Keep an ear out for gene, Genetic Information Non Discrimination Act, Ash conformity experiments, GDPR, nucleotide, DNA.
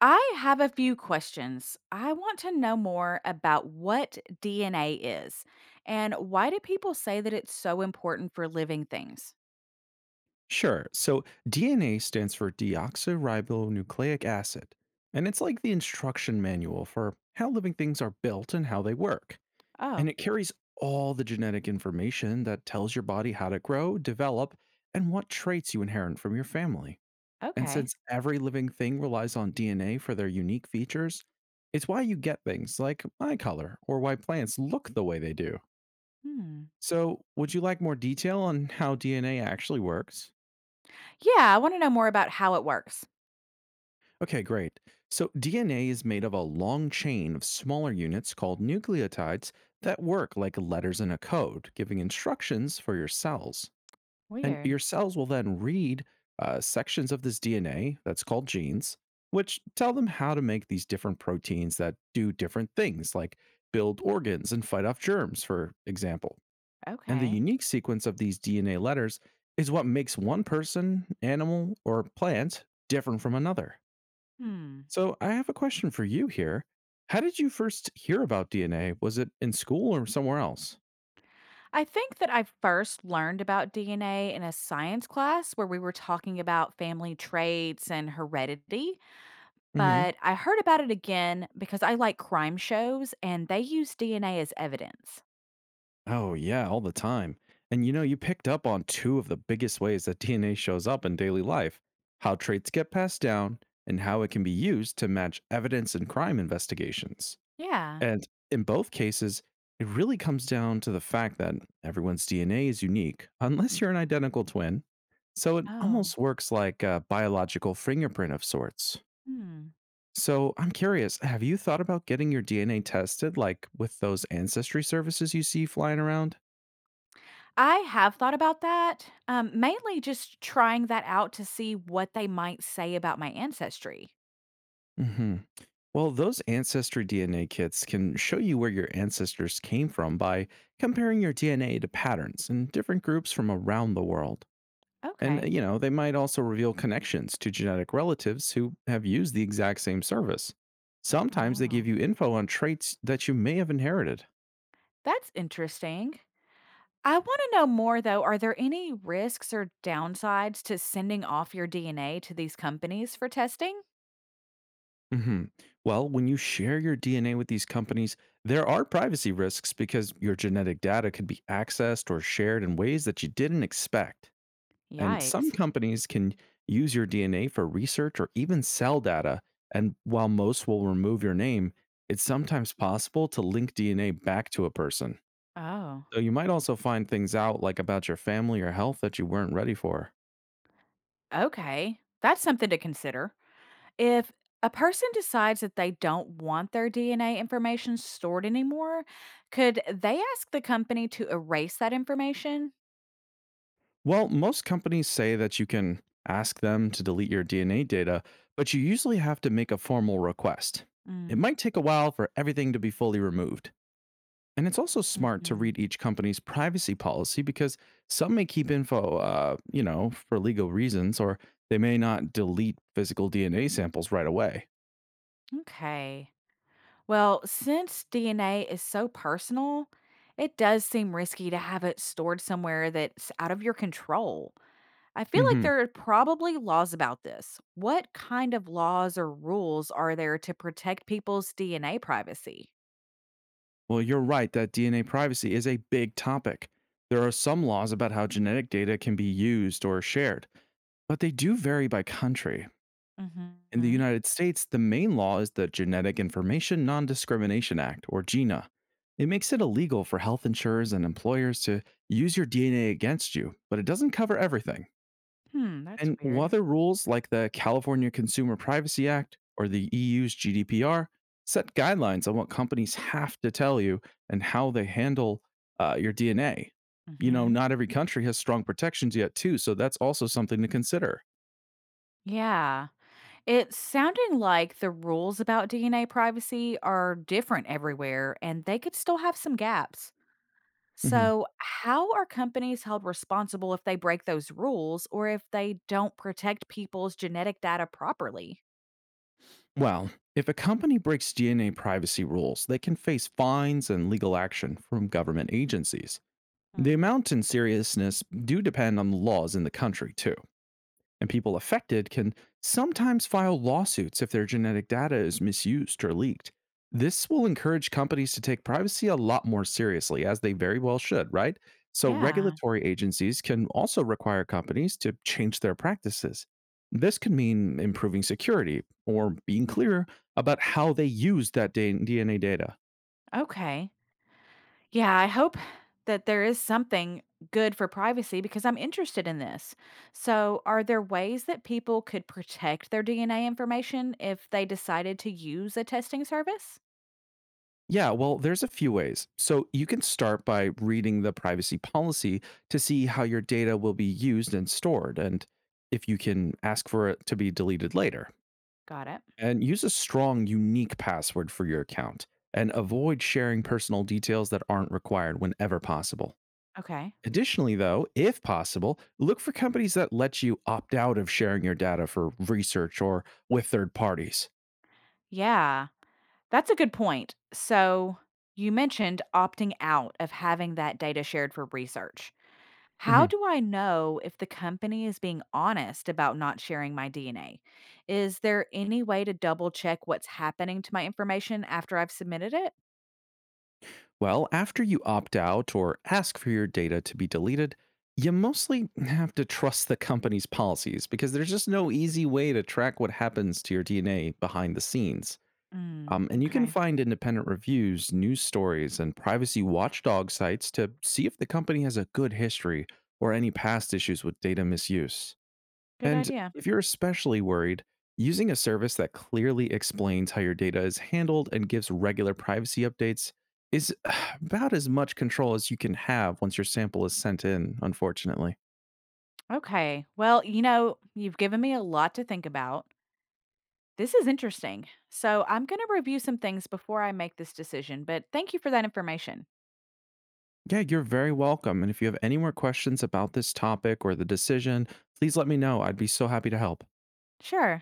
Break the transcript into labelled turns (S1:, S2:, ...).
S1: I have a few questions. I want to know more about what DNA is and why do people say that it's so important for living things?
S2: Sure. So DNA stands for deoxyribonucleic acid, and it's like the instruction manual for how living things are built and how they work. And
S1: Oh,
S2: it carries all the genetic information that tells your body how to grow, develop, and what traits you inherit from your family. And
S1: okay.
S2: since every living thing relies on DNA for their unique features, it's why you get things like eye color or why plants look the way they do.
S1: Hmm.
S2: So, would you like more detail on how DNA actually works?
S1: Yeah, I want to know more about how it works.
S2: Okay, great. So DNA is made of a long chain of smaller units called nucleotides that work like letters in a code, giving instructions for your cells. And
S1: Weird.
S2: your cells will then read sections of this DNA, that's called genes, which tell them how to make these different proteins that do different things, like build organs and fight off germs, for example. And the
S1: Okay.
S2: unique sequence of these DNA letters is what makes one person, animal, or plant different from another.
S1: Hmm.
S2: So I have a question for you here. How did you first hear about DNA? Was it in school or somewhere else?
S1: I think that I first learned about DNA in a science class where we were talking about family traits and heredity,
S2: Hmm.
S1: but I heard about it again because I like crime shows and they use DNA as evidence.
S2: Oh, yeah, all the time. And you picked up on two of the biggest ways that DNA shows up in daily life, how traits get passed down and how it can be used to match evidence in crime investigations.
S1: Yeah.
S2: And in both cases, it really comes down to the fact that everyone's DNA is unique, unless you're an identical twin. So it
S1: Oh,
S2: almost works like a biological fingerprint of sorts.
S1: hmm.
S2: So I'm curious, have you thought about getting your DNA tested, like with those ancestry services you see flying around?
S1: I have thought about that, mainly just trying that out to see what they might say about my ancestry.
S2: Hmm. Well, those ancestry DNA kits can show you where your ancestors came from by comparing your DNA to patterns in different groups from around the world. And,
S1: Okay.
S2: they might also reveal connections to genetic relatives who have used the exact same service. Sometimes they give
S1: Oh,
S2: you info on traits that you may have inherited.
S1: that's interesting. I want to know more, though. Are there any risks or downsides to sending off your DNA to these companies for testing?
S2: Hmm. Well, when you share your DNA with these companies, there are privacy risks because your genetic data could be accessed or shared in ways that you didn't expect. And some
S1: Yikes.
S2: companies can use your DNA for research or even sell data. And while most will remove your name, it's sometimes possible to link DNA back to a person.
S1: Oh,
S2: So you might also find things out like about your family or health that you weren't ready for.
S1: okay. That's something to consider. If a person decides that they don't want their DNA information stored anymore, could they ask the company to erase that information?
S2: Well, most companies say that you can ask them to delete your DNA data, but you usually have to make a formal request. It
S1: Mm,
S2: might take a while for everything to be fully removed. And it's also smart to
S1: mhm.
S2: read each company's privacy policy because some may keep info, for legal reasons, or they may not delete physical DNA samples right away.
S1: Okay. Well, since DNA is so personal, it does seem risky to have it stored somewhere that's out of your control. I feel like
S2: Hmm.
S1: there are probably laws about this. What kind of laws or rules are there to protect people's DNA privacy?
S2: Well, you're right that DNA privacy is a big topic. There are some laws about how genetic data can be used or shared, but they do vary by country. In the
S1: Hmm.
S2: United States, the main law is the Genetic Information Non Discrimination Act, or GINA. It makes it illegal for health insurers and employers to use your DNA against you, but it doesn't cover everything.
S1: Hmm, that's
S2: And while
S1: weird.
S2: other rules like the California Consumer Privacy Act or the EU's GDPR set guidelines on what companies have to tell you and how they handle your DNA. Not every country has strong protections yet, too, so that's also something to consider.
S1: Yeah. It's sounding like the rules about DNA privacy are different everywhere and they could still have some gaps.
S2: Mhm.
S1: So, how are companies held responsible if they break those rules or if they don't protect people's genetic data properly?
S2: Well, if a company breaks DNA privacy rules, they can face fines and legal action from government agencies. The
S1: Hmm.
S2: amount and seriousness do depend on the laws in the country, too, and people affected can sometimes file lawsuits if their genetic data is misused or leaked. This will encourage companies to take privacy a lot more seriously, as they very well should, right? So,
S1: Yeah.
S2: regulatory agencies can also require companies to change their practices. This could mean improving security or being clear about how they use that DNA data.
S1: Okay. Yeah, I hope that there is something good for privacy because I'm interested in this. So, are there ways that people could protect their DNA information if they decided to use a testing service?
S2: Yeah, well, there's a few ways. So you can start by reading the privacy policy to see how your data will be used and stored, and if you can ask for it to be deleted later.
S1: Got it.
S2: And use a strong, unique password for your account, and avoid sharing personal details that aren't required whenever possible.
S1: Okay.
S2: Additionally, though, if possible, look for companies that let you opt out of sharing your data for research or with third parties.
S1: Yeah, that's a good point. So, you mentioned opting out of having that data shared for research. How
S2: Mhm.
S1: do I know if the company is being honest about not sharing my DNA? Is there any way to double check what's happening to my information after I've submitted it?
S2: Well, after you opt out or ask for your data to be deleted, you mostly have to trust the company's policies because there's just no easy way to track what happens to your DNA behind the scenes.
S1: Mm,
S2: And you can
S1: okay.
S2: find independent reviews, news stories, and privacy watchdog sites to see if the company has a good history or any past issues with data misuse.
S1: Good
S2: And
S1: idea.
S2: if you're especially worried, using a service that clearly explains how your data is handled and gives regular privacy updates is about as much control as you can have once your sample is sent in, unfortunately.
S1: Okay. Well, you know, you've given me a lot to think about. This is interesting. So I'm going to review some things before I make this decision, but thank you for that information.
S2: Yeah, you're very welcome. And if you have any more questions about this topic or the decision, please let me know. I'd be so happy to help.
S1: Sure.